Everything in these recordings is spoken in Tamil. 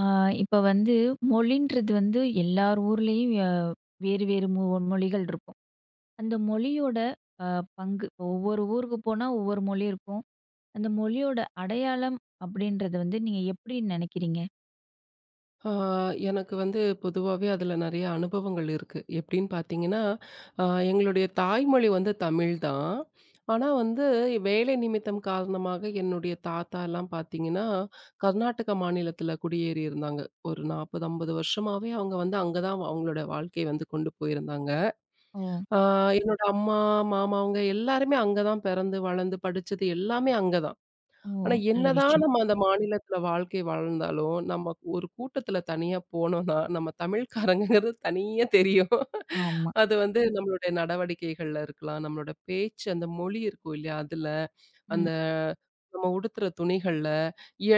ஆ, இப்ப வந்து மொழின்றது வந்து எல்லார் ஊர்லயும் வேறு வேறு மொழிகள் இருக்கும். அந்த மொழியோட அ, பங்கு இப்ப ஒவ்வொரு ஊருக்கு போனா ஒவ்வொரு மொழி இருக்கும். அந்த மொழியோட அடையாளம் அப்படின்றத வந்து நீங்க எப்படி நினைக்கிறீங்க? ஆ, எனக்கு வந்து பொதுவாவே அதுல நெறைய அனுபவங்கள் இருக்கு. எப்படின்னு பார்த்தீங்கன்னா, ஆ எங்களுடைய தாய்மொழி வந்து தமிழ் தான். ஆனா வந்து வேலை நிமித்தம் காரணமாக என்னுடைய தாத்தாலாம் பார்த்தீங்கன்னா, கர்நாடக மாநிலத்தில குடியேறி இருந்தாங்க. ஒரு 40, 50 வருஷமாவே அவங்க வந்து அங்க தான் அவங்களோட வாழ்க்கைய வந்து கொண்டு போயிருந்தாங்க. ஓ! ஆ என்னோட அம்மா, மாமா அவங்க எல்லாருமே அங்க தான் பிறந்து, வளர்ந்து, படிச்சது எல்லாமே அங்க தான். ஓ! ஆனா, நல்ல என்னதான் விஷயம். நம்ம அந்த மாநிலத்தில வாழ்க்கை வாழ்ந்தாலும், நம்ம ஒரு கூட்டத்தில தனியா போனோம்னா, நம்ம தமிழ்காரங்கங்கிறது தனியா தெரியும். ஆமா. அது வந்து நம்மளுடைய நடவடிக்கைகள்ல இருக்கலாம், நம்மளோட பேச்சு அந்த மொழி இருக்கும் இல்லையா? அதுல. ம். அந்த நம்ம உடுத்துற துணிகள்ல,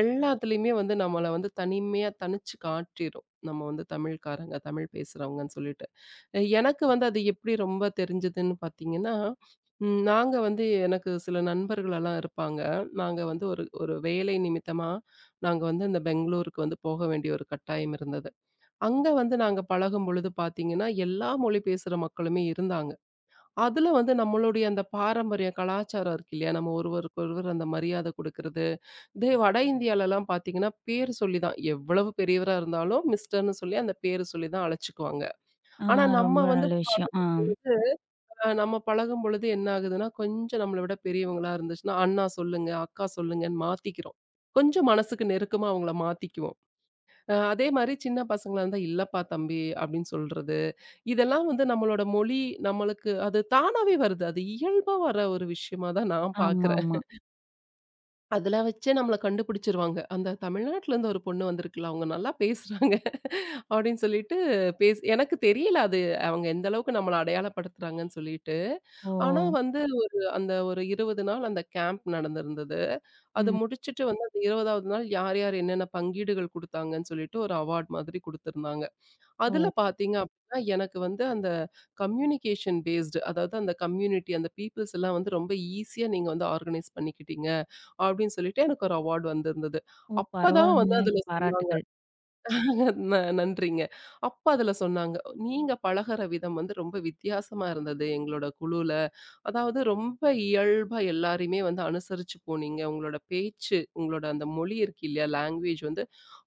எல்லாத்துலயுமே வந்து நம்மள வந்து தனிமையா தனிச்சு காட்டிரும். நம்ம வந்து தமிழ்காரங்க, தமிழ் பேசுறவங்கன்னு சொல்லிட்டு. எனக்கு வந்து அது எப்படி ரொம்ப தெரிஞ்சதுன்னு பார்த்தீங்கன்னா, நாங்க வந்து எனக்கு சில நண்பர்களெல்லாம் இருப்பாங்க. நாங்க வந்து ஒரு ஒரு வேலை நிமித்தமா நாங்க வந்து இந்த பெங்களூருக்கு வந்து போக வேண்டிய ஒரு கட்டாயம் இருந்தது. அங்க வந்து நாங்க பழகும் பொழுது பார்த்தீங்கன்னா, எல்லா மொழி பேசுற மக்களுமே இருந்தாங்க. அதுல வந்து நம்மளுடைய அந்த பாரம்பரிய கலாச்சாரம் இருக்கு இல்லையா? நம்ம ஒருவருக்கு ஒருவர் அந்த மரியாதை குடுக்குறது. இதே வட இந்தியாலலாம் பார்த்தீங்கன்னா, பேர் சொல்லி தான் எவ்வளவு பெரியவரா இருந்தாலும் மிஸ்டர்ன்னு சொல்லி அந்த பேரு சொல்லி தான் அழைச்சுக்குவாங்க. ஆ, ஆனா ரொம்ப நம்ம வந்து நல்ல விஷயம். ஆ. நம்ம பழகும் பொழுது என்ன ஆகுதுன்னா, கொஞ்சம் நம்மள விட பெரியவங்களா இருந்துச்சுன்னா, அண்ணா சொல்லுங்க, அக்கா சொல்லுங்கன்னு மாத்திக்கிறோம். கொஞ்சம் மனசுக்கு நெருக்கமா அவங்கள மாத்திக்குவோம். அதே மாரி சின்ன பசங்களா இருந்தா, "இல்லப்பா தம்பி" அப்படின்னு சொல்றது. இதெல்லாம் வந்து நம்மளோட மொழி நம்மளுக்கு அது தானாவே வருது. அது இயல்பா வர ஒரு விஷயமா தான் நான் பார்க்குறேன். ஆமாமா. அதில வச்சே நம்மள கண்டுபிடிச்சுருவாங்க. அந்த தமிழ்நாட்டிலேருந்து ஒரு பொண்ணு வந்திருக்குல்ல, அவங்க நல்லா பேசுறாங்க அப்படின்னு சொல்லிட்டு பேசு எனக்கு தெரியல அது அவங்க எந்த அளவுக்கு நம்மள அடையாளப்படுத்துறாங்கன்னு சொல்லிட்டு. ஓ! ஆனா வந்து ஒரு அந்த ஒரு 20 நாள் அந்த கேம்ப் நடந்திருந்தது. அது ம். முடிச்சுட்டு வந்து அந்த 20வது நாள் யார் யார் என்னென்ன பங்கீடுகள் குடுத்தாங்கன்னு சொல்லிட்டு ஒரு அவார்ட் மாதிரி குடுத்திருந்தாங்க. அதுல ஓ! பார்த்தீங்க அப்டின்னா, எனக்கு வந்து அந்த கம்யூனிகேஷன் பேஸ்டு அதாவது அந்த கம்யூனிட்டி அந்த பீப்பிள்ஸ் எல்லாம் வந்து ரொம்ப ஈஸியா நீங்க வந்து ஆர்கனைஸ் பண்ணிக்கிட்டீங்க அப்டின்னு சொல்லிட்டு எனக்கு ஒரு அவார்ட் வந்திருந்தது. ஓ! அப்பதான் வந்து பரவால்லங்க. அதுல சொன்னாங்க பாராட்டுக்கள். நன்றிங்க. அப்ப அதுல சொன்னாங்க, "நீங்க பழகுற விதம் வந்து ரொம்ப வித்தியாசமா இருந்தது எங்களோட குழுல. அதாவது ரொம்ப இயல்பா எல்லாரையுமே வந்து அனுசரிச்சு போனீங்க. உங்களோட பேச்சு, உங்களோட அந்த மொழி இருக்கு இல்லையா? லாங்குவேஜ் வந்து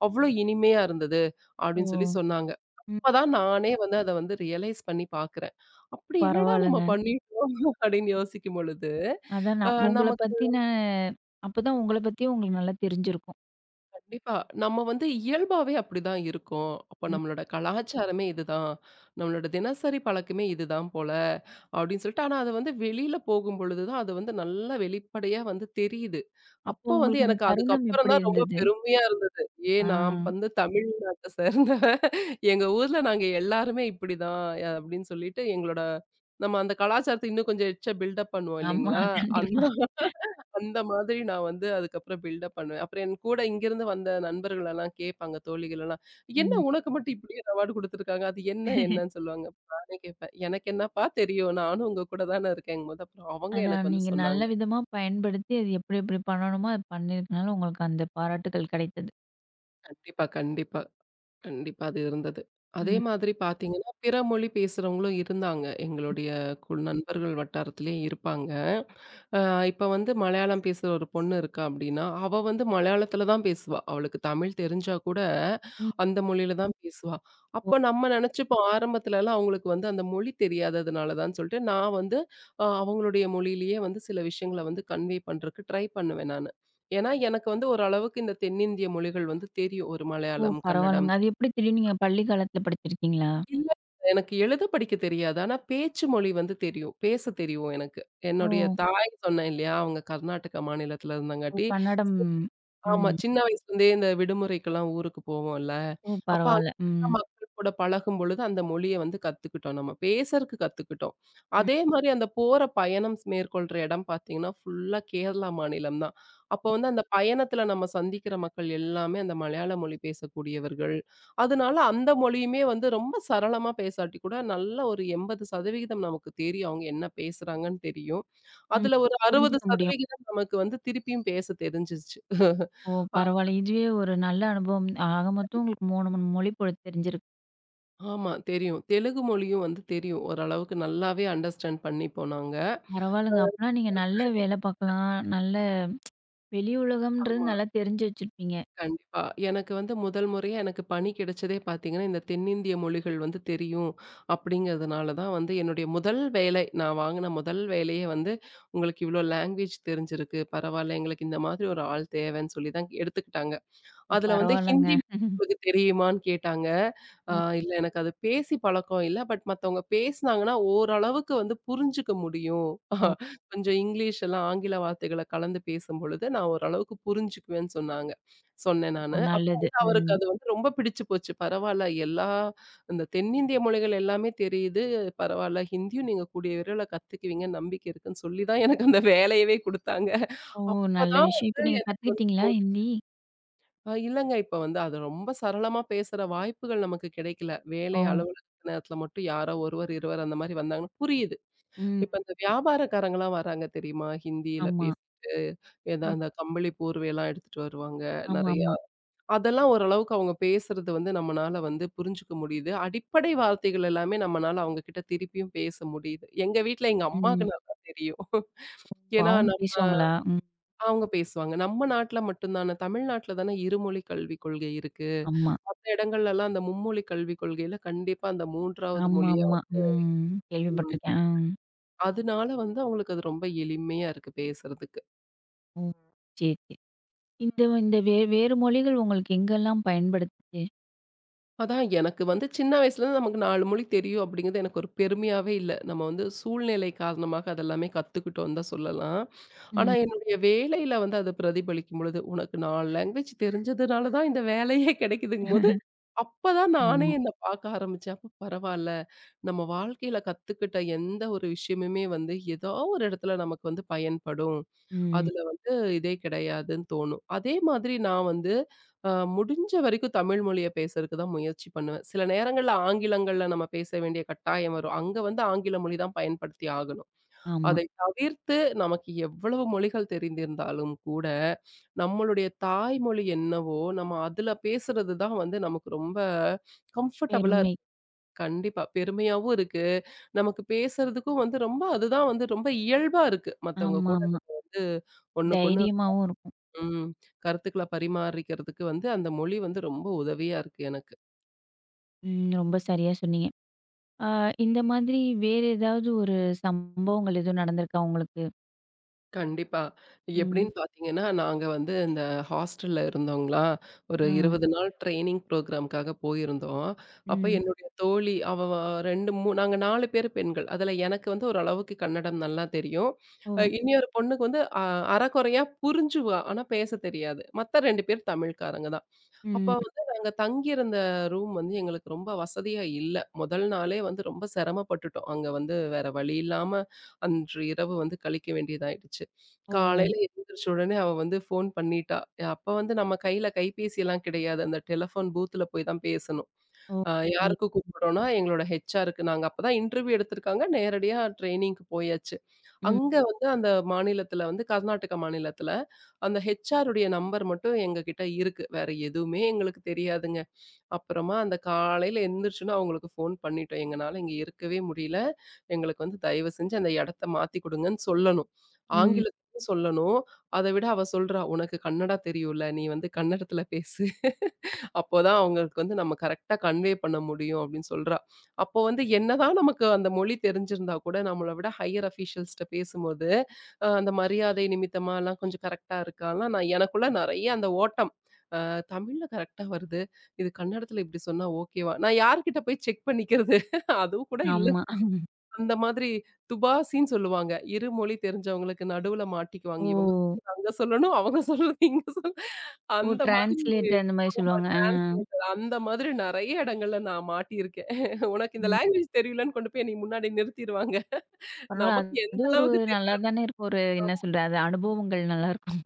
அவ்ளோ இனிமையா இருந்தது" அப்டின்னு சொல்லி ஓ! சொன்னாங்க. ம். அப்பதான் நானே வந்து அத வந்து ரியலைஸ் பண்ணி பார்க்கிறேன். அப்படி என்னடா நம்ம பரவால்லங்க. பண்ணிட்டோம் அப்படின்னு யோசிக்கும் பொழுது, அதான் நான் உங்கள நமக்கு பத்தின அப்பதான் உங்கள பத்தியும் உங்களுக்கு நல்லா தெரிஞ்சிருக்கும். கண்டிப்பா. நம்ம வந்து இயல்பாவே அப்படிதான் இருக்கோம். அப்ப ம். நம்மளோட கலாச்சாரமே இதுதான். நம்மளோட தினசரி பழக்கமே இதுதான் போல, அப்படின்னு சொல்லிட்டு ஆனா அது வந்து வெளியில போகும்பொழுது தான் அது வந்து நல்லா வெளிப்படையா வந்து தெரியுது. அப்போ அப்போ வந்து உங்களுக்கு அந்த எனக்கு தருணம் அதுக்கப்புறம் எப்படி தான் ரொம்ப இருந்தது? பெருமையா இருந்தது. ஆ. ஏன் நான் வந்து தமிழ்நாட்ட சேர்ந்த எங்க ஊர்ல நாங்க எல்லாருமே இப்படிதான் அப்படின்னு சொல்லிட்டு எங்களோட நம்ம அந்த கலாச்சாரத்த இன்னும் கொஞ்சம் எக்ஸ்ட்ரா பில்டப் பண்ணுவோம் ஆமா, இல்லைங்களா? அந்த கண்டிப்பா. அந்த மாதிரி நான் வந்து அதுக்கப்புறம் பில்டப் பண்ணுவேன். அப்புறம் என் கூட இங்கிருந்து வந்த நண்பர்கள் எல்லாம் கேட்பாங்க, தோழிகள் எல்லாம். "என்ன ம். உனக்கு மட்டும் இப்படியே அவார்டு குடுத்துருக்காங்க. அது என்ன என்னன்னு?" சொல்லுவாங்க. நானே கேட்பேன், "எனக்கு என்னப்பா தெரியும்? நானும் உங்க கூட தானே இருக்கேங்கும்போது" அப்புறம் அவங்க எனக்கு அதான் வந்து நீங்க நல்ல சொன்னாங்க. விதமா பயன்படுத்தி, அது எப்படி எப்படி பண்ணணுமோ, அது பண்ணியிருக்கனால உங்களுக்கு அந்த பாராட்டுக்கள் கிடைத்தது. கண்டிப்பா, கண்டிப்பா, கண்டிப்பா அது இருந்தது. அதே ம். மாதிரி பார்த்தீங்கன்னா, பிற மொழி பேசுறவங்களும் இருந்தாங்க. எங்களுடைய நண்பர்கள் வட்டாரத்திலேயே இருப்பாங்க. அ இப்ப வந்து மலையாளம் பேசுற ஒரு பொண்ணு இருக்கா அப்படின்னா, அவ வந்து மலையாளத்தில தான் பேசுவா. அவளுக்கு தமிழ் தெரிஞ்சா கூட, ம். அந்த மொழியில தான் பேசுவா. ஓ! அப்ப நம்ம நெனச்சுப்போம் ஆரம்பத்துலலாம் அவங்களுக்கு வந்து அந்த மொழி தெரியாததுனால தான் சொல்லிட்டு, நான் வந்து அவங்களுடைய மொழியிலேயே வந்து சில விஷயங்கள வந்து கன்வே பண்றக்கு ட்ரை பண்ணுவேன் நானு. ஏன்னா, எனக்கு வந்து ஓரளவுக்கு இந்த தென்னிந்திய மொழிகள் வந்து தெரியும். ஒரு ஓ! மலையாளம், கன்னடம், பரவால்லங்க. அது எப்படி தெரியும்? நீங்க பள்ளி காலத்துல படிச்சிருக்கீங்களா? இல்ல. எனக்கு எழுத படிக்க தெரியாது. ஆனா பேச்சு மொழி வந்து தெரியும். பேச தெரியும் எனக்கு. ஓ! என்னுடைய தாய் சொன்னேன் இல்லையா? அவங்க கர்நாடக மாநிலத்தில ஓ! இருந்தங்காட்டி கன்னடம். ஆமா. ம். சின்ன வயசுலேருந்தே இந்த விடுமுறைக்கெல்லாம் ஊருக்கு போவோம்ல. ஓ! அப்ப பரவால்ல. அங்குள்ள ம். மக்கள் கூட பழகும் பொழுது அந்த மொழிய வந்து கத்துக்கிட்டோம் நம்ம. பேசறக்கு கத்துக்கிட்டோம். ம், அதே மாரி அந்த போற பயணம் மேற்கொள்ற இடம் பார்த்தீங்கன்னா, ஃபுல்லா கேரளா மாநிலம் தான். அப்ப வந்து அந்த பயணத்துல நம்ம சந்திக்கிற மக்கள் எல்லாமே அந்த மலையாள மொழி பேசக்கூடியவர்கள். அதனால அந்த மொழியுமே வந்து ரொம்ப சரளமா பேசாட்டி கூட நல்ல ஒரு 80% நமக்கு தெரியும். அவங்க என்ன பேசுறாங்கன்னு தெரியும். ம். அதுல ஒரு புரிஞ்சுக்க முடியும். 60% நமக்கு வந்து திருப்பியும் பேச தெரிஞ்சிருச்சு. ஓ! பரவால்ல. இதுவே ஒரு நல்ல அனுபவம். ஆக மொத்தம் உங்களுக்கு 3 மொழி போல தெரிஞ்சிருக்கு. ஆமா. தெரியும். தெலுங்கு மொழியும் வந்து தெரியும். ஓரளவுக்கு நல்லாவே அண்டர்ஸ்டாண்ட் பண்ணிப்போம் நாங்க. பரவால்லங்க. அப்பனா நீங்க நல்ல வேலை பார்க்கலாம். நல்ல வெளி உலகம்ன்றது ஆமா. நல்லா தெரிஞ்சு வச்சிருப்பீங்க. கண்டிப்பா. எனக்கு வந்து முதல் முறையா எனக்கு பணி கிடைச்சதே பார்த்தீங்கன்னா, இந்த தென்னிந்திய மொழிகள் வந்து தெரியும் அப்படிங்கிறதுனால தான் வந்து என்னுடைய முதல் வேலை நான் வாங்கின முதல் வேலையே வந்து, "உங்களுக்கு இவ்வளோ லாங்குவேஜ் தெரிஞ்சிருக்கு. பரவாயில்ல. எங்களுக்கு இந்த மாதிரி ஒரு ஆள் தேவைன்னு" சொல்லி தான் எடுத்துக்கிட்டாங்க. ஓ! அதுல வந்து பரவால்லங்க. ஹிந்தி உங்களுக்கு தெரியுமான்னு கேட்டாங்க. ஆ ம். இல்ல எனக்கு அது பேசி பழக்கம் இல்ல. பட் மத்தவங்க பேசினாங்கன்னா, ஓரளவுக்கு வந்து புரிஞ்சுக்க முடியும். ஓ! கொஞ்சம் இங்கிலீஷ் எல்லாம் ஆங்கில வார்த்தைகள கலந்து பேசும்பொழுது, நான் ஓரளவுக்கு புரிஞ்சுக்குவேன்னு சொன்னாங்க. சொன்னேன் ஓ! நானு. அப்போ நல்லது. வந்து அவருக்கு ம். அது வந்து ரொம்ப பிடிச்சு போச்சு. பரவால்ல எல்லா இந்த தென்னிந்திய மொழிகள் எல்லாமே தெரியுது. பரவால்ல ஹிந்தியும் நீங்க கூடிய விரைவில கத்துக்குவீங்கன்னு நம்பிக்கை இருக்குன்னு சொல்லி தான் எனக்கு அந்த வேலையவே குடுத்தாங்க. ஓ! நல்ல அப்பதான் விஷயம். வந்து இப்ப நீங்க எனக்கு வந்து கத்துக்கிட்டீங்களா தோணுச்சு. ஹிந்தி? இல்லங்க. இப்ப வந்து அது ரொம்ப சரளமா பேசுற வாய்ப்புகள் நமக்கு கிடைக்கல. வேலை ஓ! அலுவலக நேரத்துல மட்டும் யாரோ ஒருவர், இருவர் அந்த மாரி வந்தாங்கன்னா புரியுது. ம். இப்ப இந்த வியாபாரக்காரங்கலாம் வராங்க தெரியுமா? ஹிந்தியில ஆமா. பேசிட்டு, ஏதா ம். அந்த கம்பளி போர்வையெல்லாம் எடுத்துட்டு வருவாங்க நெறையா. ஆமாமா. அதெல்லாம் ஓரளவுக்கு அவங்க பேசுறது வந்து நம்மனால வந்து புரிஞ்சுக்க முடியுது. அடிப்படை வார்த்தைகள் எல்லாமே நம்மனால அவங்க கிட்ட திருப்பியும் பேச முடியுது. எங்க வீட்ல எங்க அம்மாக்கு ம். நல்லா தெரியும். ஓ! ஏன்னா, அவங்க பேசுவாங்களா? ம். அவங்க பேசுவாங்க. நம்ம நாட்ல மட்டும் தான தமிழ்நாட்ல தானே இருமொழி கல்விக் கொள்கை இருக்கு. ஆமா. மத்த இடங்கள்லலாம் அந்த மும்மொழி கல்விக் கொள்கையில கண்டிப்பா அந்த 3வது மொழியா ஆமாமா. வந்து ம். ஒண்ணு இருக்கு. கேள்விப்பட்டுருக்கேன். ம். அதனால வந்து அவங்களுக்கு அது ரொம்ப எளிமையா இருக்கு பேசுறதுக்கு. ஓ! சரி, சரி. இந்த இந்த வேறு மொழிகள் உங்களுக்கு எங்கெல்லாம் பயன்படுத்துச்சு? அதான் எனக்கு வந்து சின்ன வயசுலருந்து நமக்கு 4 மொழி தெரியும் அப்படிங்கிறது எனக்கு ஒரு பெருமையாவே இல்ல. நம்ம வந்து சூழ்நிலை காரணமாக அதெல்லாமே கத்துக்கிட்டோம்னு தான் சொல்லலாம். ஆனா ம். என்னுடைய வேலையில வந்து அது பிரதிபலிக்கும் பொழுது, உனக்கு 4 லாங்குவேஜ் தெரிஞ்சதுனால தான் இந்த வேலையே கிடைக்குதுங்கும்போது, அப்பதான் நானே ஆமா. என்ன பார்க்க ஆரம்பிச்சேன். அப்ப பரவால்ல. நம்ம வாழ்க்கையில கத்துக்கிட்ட எந்த ஒரு விஷயமுமே வந்து ஏதோ ஒரு இடத்துல நமக்கு வந்து பயன்படும். ம். அதுல வந்து இதே கிடையாதுன்னு தோணும். அதே மாதிரி நான் வந்து அ முடிஞ்ச வரைக்கும் தமிழ் மொழிய பேசுறதுக்கு தான் முயற்சி பண்ணுவேன். சில நேரங்கள்ல ஆங்கிலங்கள்ல நம்ம பேச வேண்டிய கட்டாயம் வரும். அங்க வந்து ஆங்கில மொழி தான் பயன்படுத்தி ஆகணும். ஆமா. அதை தவிர்த்து நமக்கு எவ்வளவு மொழிகள் தெரிந்திருந்தாலும் கூட, நம்மளுடைய தாய்மொழி என்னவோ, நம்ம அதுல பேசுறது தான் வந்து நமக்கு ரொம்ப கம்ஃபர்டபுளா பெருமை. கண்டிப்பா. பெருமையாவும் இருக்கு. நமக்கு பேசுறதுக்கும் வந்து ரொம்ப அதுதான் வந்து ரொம்ப இயல்பா இருக்கு. மத்தவங்க கூட ஆமாமா. நம்ம வந்து ஒண்ணுக்கொண்ணு தைரியமாவும் இருக்கும். ம். கருத்துக்கள பரிமாறிக்கிறதுக்கு வந்து அந்த மொழி வந்து ரொம்ப உதவியா இருக்கு எனக்கு. ம். ரொம்ப சரியா சொன்னீங்க. ஆ, இந்த மாதிரி வேற ஏதாவது ஒரு சம்பவங்கள் எதுவும் நடந்திருக்கா உங்களுக்கு? கண்டிப்பா. ம். எப்படின்னு பார்த்தீங்கன்னா, நாங்க வந்து இந்த ஹாஸ்டல்ல இருந்தோங்களா, ஒரு ஆ. 20 நாள் ட்ரெய்னிங் ப்ரோகிராம்க்காக போயிருந்தோம். அப்ப ம். என்னுடைய தோழி அவ 2, 3 நாங்க 4 பேர் பெண்கள். அதுல எனக்கு வந்து ஓரளவுக்கு கன்னடம் நல்லா தெரியும். ஓ! இன்னொரு பொண்ணுக்கு வந்து அரகுறையா புரிஞ்சுவா. ஆனா பேச தெரியாது. மத்த 2 பேர் தமிழ்க்காரங்க தான். அப்ப ம். வந்து நாங்க தங்கியிருந்த ரூம் வந்து எங்களுக்கு ரொம்ப வசதியா இல்ல. முதல் நாளே வந்து ரொம்ப சிரமப்பட்டுட்டோம். அங்க வந்து வேற வழி இல்லாம அன்று இரவு வந்து கழிக்க வேண்டியதாயிடுச்சு. ஓ! காலையில எழுந்திரிச்ச உடனே அவ வந்து ஃபோன் பண்ணிட்டா. அப்ப வந்து நம்ம கையில கைபேசிலாம் கிடையாது. அந்த டெலஃபோன் பூத்துல போய் தான் பேசணும். ஓ! புரியுது. யாருக்கு கூப்பிடுறோம்னா எங்களோட ஹெச்ஆருக்கு நாங்க அப்பதான் இன்டர்வியூ எடுத்திருக்காங்க. நேரடியா ட்ரெய்னிங்க்கு போயாச்சு. அங்க ம். வந்து அந்த மாநிலத்தில வந்து கர்நாடக மாநிலத்தில, அந்த ஹெச்ஆருடைய நம்பர் மட்டும் எங்ககிட்ட இருக்கு. வேற எதுவுமே எங்களுக்கு தெரியாதுங்க. அப்புறமா அந்த காலையில எந்திரிச்சோனே அவங்களுக்கு ஃபோன் பண்ணிட்டோம். "எங்கனால இங்க இருக்கவே முடியல. எங்களுக்கு வந்து தயவு செஞ்சு அந்த இடத்த மாத்தி குடுங்கன்னு" சொல்லணும். ம். ஆங்கிலத்திலயும் சொல்லணும். அத விட அவ சொல்றா, "உனக்கு கன்னடா தெரியும்ல. நீ வந்து கன்னடத்துல பேசு. அப்போதான் அவங்களுக்கு வந்து நம்ம கரெக்ட்டா கன்வே பண்ண முடியும்" அப்படின்னு சொல்றா. அப்போ வந்து என்னதான் நமக்கு அந்த மொழி தெரிஞ்சிருந்தா கூட, நம்மள விட ஹையர் அஃபிஷியல்ஸ்ட்ட பேசும்போது, அந்த மரியாதை நிமித்தமாலாம் கொஞ்சம் கரெக்ட்டா இருக்கான்லாம் நான் எனக்குள்ள நெறைய அந்த ஓட்டம். தமிழ்ல கரெக்ட்டா வருது. இது கன்னடத்துல இப்படி சொன்னா ஓகேவா? நான் யார்கிட்ட போய் செக் பண்ணிக்கிறது? அதுவும் கூட இல்ல. ஆமா. அந்த மாதிரி துபாசின்னு சொல்லுவாங்க. இரு மொழி தெரிஞ்சவங்களுக்கு நடுவுல மாட்டிக்குவாங்க. ஓ! இவங்க சொல்றது அங்க சொல்லணும், அவங்க சொல்றது இங்க சொல்லணும். ஓ! அந்த மாதிரி டிரான்ஸ்லேட் அந்த மாரி ஆமா சொல்லுவாங்க. ஆ. டிரான்ஸ்லேட்டர். அந்த மாதிரி நெறைய இடங்கள்ல நான் மாட்டியிருக்கேன். உனக்கு இந்த ம். லாங்குவேஜ் தெரியலன்னு கொண்டு போய் என்னைய முன்னாடி நிறுத்திருவாங்க. பரவால்ல. நமக்கு அது எந்த ஒரு அளவுக்கு நல்லா தானே இருக்கும். ஒரு என்ன சொல்றது? அது அனுபவங்கள் நல்லாயிருக்கும்.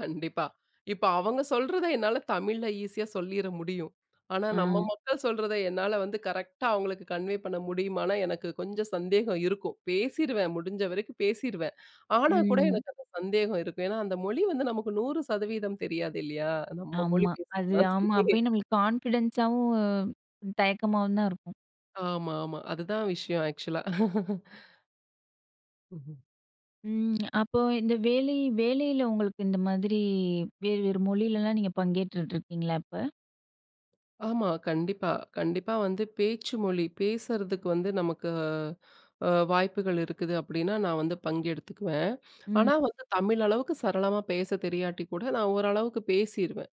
கண்டிப்பா. இப்ப அவங்க சொல்றத என்னால தமிழ்ல ஈஸியா சொல்லிற முடியும். ஆனா ஆ. நம்ம மக்கள் சொல்றத என்னால வந்து கரெக்ட்டா அவங்களுக்கு கன்வே பண்ண முடியுமானா, எனக்கு கொஞ்சம் சந்தேகம் இருக்கும். பேசிருவேன். முடிஞ்ச வரைக்கும் பேசிருவேன். ஆனா கூட ம். எனக்கு அந்த சந்தேகம் இருக்கும். ஏன்னா அந்த மொழி வந்து நமக்கு 100% தெரியாது இல்லையா? நம்ம மொழி ஆமா. பேசுற அது ஆமா. மாதிரி. அப்பயும் நம்மளுக்கு கான்ஃபிடன்ஸாவும், தயக்கமாவும் தான் இருக்கும். ஆமா, ஆமா. அதுதான் விஷயம் ஆக்சுவலா. ம். அப்போ இந்த வேலையில உங்களுக்கு இந்த மாதிரி வேறு வேறு மொழியிலலாம் நீங்க பங்கேற்றுட்டு இருக்கீங்களா இப்ப? ஆமா. கண்டிப்பா. கண்டிப்பா வந்து பேச்சு மொழி பேசுறதுக்கு வந்து நமக்கு வாய்ப்புகள் இருக்குது அப்படின்னா, நான் வந்து பங்கெடுத்துக்குவேன். ஆனா ம். வந்து தமிழ் அளவுக்கு சரளமா பேச தெரியாட்டி கூட, நான் ஓரளவுக்கு பேசிருவேன்.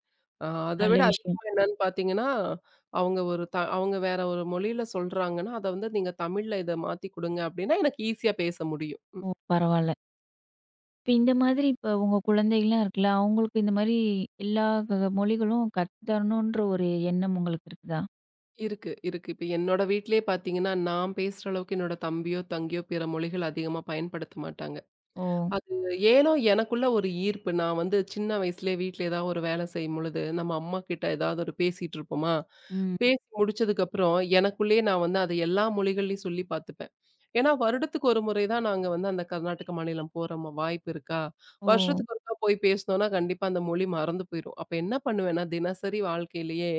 அத நல்ல விட விஷயம். அதிகமா என்னன்னு பார்த்தீங்கன்னா, அவங்க ஒரு அவங்க வேற ஒரு மொழியில சொல்றாங்கன்னா, அத வந்து நீங்க தமிழ்ல இத மாத்தி குடுங்க அப்படின்னா, எனக்கு ஈஸியா பேச முடியும். ம். ஓ! பரவால்ல. இப்ப இந்த மாதிரி இப்ப உங்க குழந்தைகள்லாம் இருக்குல்ல, அவங்களுக்கு இந்த மாரி எல்லா மொழிகளும் கத்து தரணுன்ற ஒரு எண்ணம் உங்களுக்கு இருக்குதா? இருக்கு, இருக்கு. இப்ப என்னோட வீட்லயே பார்த்தீங்கன்னா, நான் பேசுற அளவுக்கு என்னோட தம்பியோ, தங்கையோ பிற மொழிகள் அதிகமா பயன்படுத்த மாட்டாங்க. ஓ! அது ஏனோ எனக்குள்ள ஒரு ஈர்ப்பு. நான் வந்து சின்ன வயசுலயே வீட்ல ஏதாவது ஒரு வேலை செய்யும்பொழுது, நம்ம அம்மா கிட்ட ஏதாவது ஒரு பேசிட்டு இருப்போமா, ம். பேசி முடிச்சதுக்கப்புறம் எனக்குள்ளேயே நான் வந்து அத எல்லா மொழிகள்லயும் சொல்லி பார்த்துப்பேன். ஏன்னா வருடத்துக்கு ஒரு முறை தான் நாங்க வந்து அந்த கர்நாடக மாநிலம் போற வாய்ப்பு இருக்கா? ஓ! வருஷத்துக்கு ஒருக்கா போய் பேசினோம்னா கண்டிப்பா அந்த மொழி மறந்து போயிரும். அப்ப என்ன பண்ணுவேன்னா, தினசரி வாழ்க்கையிலேயே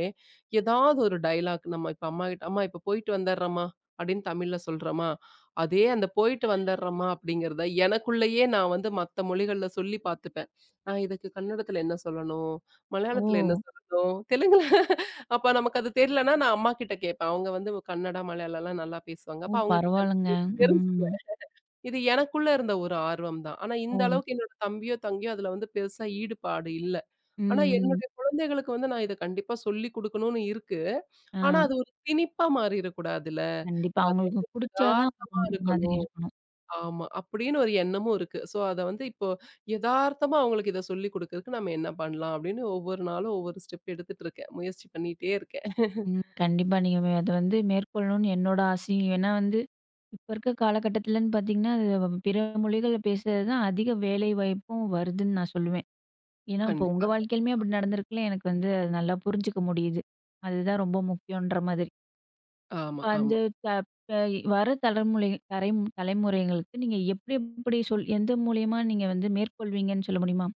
ஏதாவது ஒரு டயலாக் நம்ம இப்ப அம்மாகிட்ட, "அம்மா இப்ப போயிட்டு வந்துர்றேம்மா" அப்படின்னு தமிழ்ல சொல்றோமா, அதே அந்த போயிட்டு வந்துடுறோமா அப்படிங்கிறத எனக்குள்ளேயே நான் வந்து மத்த மொழிகள்ல சொல்லி பார்த்துப்பேன். இதுக்கு கன்னடத்துல என்ன சொல்லணும்? மலையாளத்துல என்ன ஓ! சொல்லணும்? தெலுங்குல அப்ப நமக்கு அது தெரியலன்னா நான் அம்மா கிட்ட கேட்பேன். அவங்க வந்து கன்னடா, மலையாளம்லாம் நல்லா பேசுவாங்க. ஓ! அப்ப அவங்க கிட்ட பரவால்லங்க. ம். தெரிஞ்சுக்குவேன். இது எனக்குள்ள இருந்த ஒரு ஆர்வம் தான். ஆனா ஓ! இந்த அளவுக்கு என்னோட தம்பியோ, தங்கையோ அதுல வந்து பெருசா ஈடுபாடு இல்ல. ஆனா ம், ம். என்னுடைய குழந்தைகளுக்கு வந்து நான் இத கண்டிப்பா சொல்லிக் குடுக்கணும்னு இருக்கு. ஆ. ஆனா அது ஒரு திணிப்பா மாறிறக்கூடாதுல்ல. கண்டிப்பா. அது அவங்களுக்கு வந்து புடிச்சா தான் எதார்த்தமா பண்ற மாதிரி இருக்கணும். இருக்கணும். ஆமா. அப்படின்னு ஒரு எண்ணமும் இருக்கு. சோ, அத வந்து இப்போ எதார்த்தமா அவங்களுக்கு இத சொல்லிக் குடுக்கறதுக்கு நம்ம என்ன பண்ணலாம்? அப்படின்னு ஒவ்வொரு நாளும் ஒவ்வொரு ஸ்டெப் எடுத்துட்டு இருக்கேன். முயற்சி பண்ணிட்டே இருக்கேன். ம். கண்டிப்பா. நீங்க அத வந்து மேற்கொள்ளணும்னு என்னோட ஆசையும். ஏன்னா வந்து, இப்ப இருக்க காலகட்டத்துலன்னு பார்த்தீங்கன்னா, அது பிற மொழிகள்ல பேசுறது தான் அதிக வேலை வாய்ப்பும் வருதுன்னு நான் சொல்லுவேன். ஏன்னா, இப்போ உங்க கண்டிப்பா. வாழ்க்கையிலுமே அப்படி நடந்திருக்குல்ல. எனக்கு வந்து அது நல்லா புரிஞ்சுக்க முடியுது. அதுதான் ரொம்ப முக்கியம்ன்ற மாதிரி. ஆமா, இப்ப அந்த ஆமா. த ப தலைமுறை தலைமுறைங்களுக்கு நீங்க எப்படி எப்படி எந்த மூலியமா நீங்க வந்து மேற்கொள்வீங்கன்னு சொல்ல முடியுமா?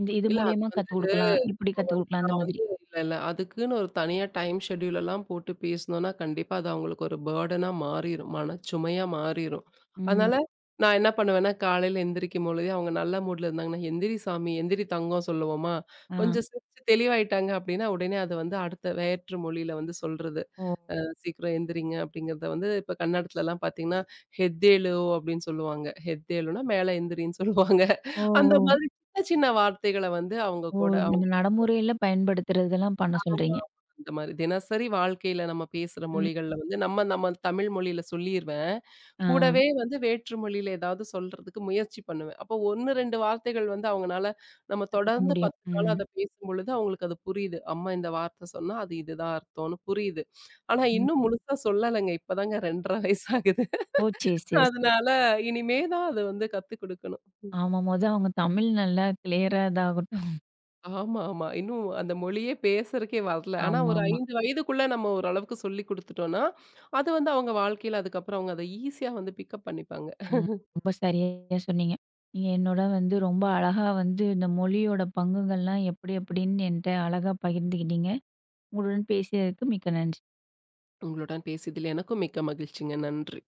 இந்த இது இல்ல அது மூலியமா வந்து கத்துக் குடுக்கலாம். இப்படி அப்ப கத்துக் வந்து குடுக்கலாம் அந்த நான் மாதிரி. வந்து இல்ல, இல்ல. அதுக்குன்னு ஒரு தனியா டைம் ஷெட்யூல் எல்லாம் போட்டு பேசினோம்னா, கண்டிப்பா அது அவங்களுக்கு ஒரு பர்டனா மாறிரும். மனச்சுமையா மாறிரும். ம். அதனால நான் என்ன பண்ணுவேன்னா, காலையில எந்திரிக்கும் பொழுதே அவங்க நல்ல மூட்ல இருந்தாங்கன்னா, "எந்திரி சாமி, எந்திரி தங்கம்" சொல்லுவோமா. ஆ. கொஞ்சம் சிரிச்சு தெளிவாயிட்டாங்க அப்படின்னா, உடனே அது வந்து அடுத்த வேற்று மொழியில வந்து சொல்றது. ஓ. அ "சீக்கிரம் எந்திரிங்க" அப்படிங்கிறத வந்து இப்ப கன்னடத்துலலாம் பார்த்தீங்கன்னா, "ஹெத்தேலு" அப்படின்னு சொல்லுவாங்க. ஹெத்தேலுன்னா மேல எந்திரின்னு சொல்லுவாங்க. ஓ. அந்த ஓ. மாதிரி சின்ன சின்ன வார்த்தைகள வந்து அவங்க ஓ! கூட நம்ம நடைமுறையில பயன்படுத்துறதெல்லாம் பண்ண ஆமா. சொல்றீங்க. அந்த மாரி தினசரி வாழ்க்கையில நம்ம பேசுற ம். மொழிகள்ல வந்து நம்ம நம்ம தமிழ் மொழியில சொல்லிருவேன். ஆ, கூடவே வந்து வேற்று மொழியில ஏதாவது சொல்றதுக்கு முயற்சி பண்ணுவேன். அப்போ 1, 2 வார்த்தைகள் வந்து அவங்கனால நம்ம கத்துக்க தொடர்ந்து முடியும். 10 நாளா ம். அத பேசும்பொழுது அவங்களுக்கு அது புரியுது. அம்மா இந்த வார்த்த சொன்னா அது இதுதான் அர்த்தம்னு புரியுது. ஆனா ம். இன்னும் முழுசா சொல்லலங்க. இப்பதாங்க 2 1/2 வயசு ஆகுது. ஓ! சரி, சரி, சரி. அதனால இனிமே தான் அது வந்து கத்துக் குடுக்கணும். ஆமா. அவங்க தமிழ் நல்லா கிளியரா இதாகட்டும். ஆமா, ஆமா. இன்னும் அந்த மொழியே பேசுறதுக்கே வரல. ஆனா ஒரு ஆமாமா. 5 வயதுக்குள்ள நம்ம ஓரளவுக்கு சொல்லிக் குடுத்துட்டோம்னா, அது வந்து அவங்க வாழ்க்கையில அதுக்கப்புறம் அவங்க அத ஈஸியா வந்து பிக்கப் பண்ணிப்பாங்க. ம். ரொம்ப சரியா சொன்னீங்க. நீங்க என்னோட வந்து ரொம்ப அழகா வந்து இந்த மொழியோட பங்குகள்லாம் எப்படி எப்படின்னு என்ட்ட அழகா பகிர்ந்துக்கிட்டீங்க. உங்களுடன் பேசியதற்கு மிக்க நன்றி. உங்களுடன் பேசியதில் எனக்கும் மிக்க மகிழ்ச்சிங்க. நன்றி.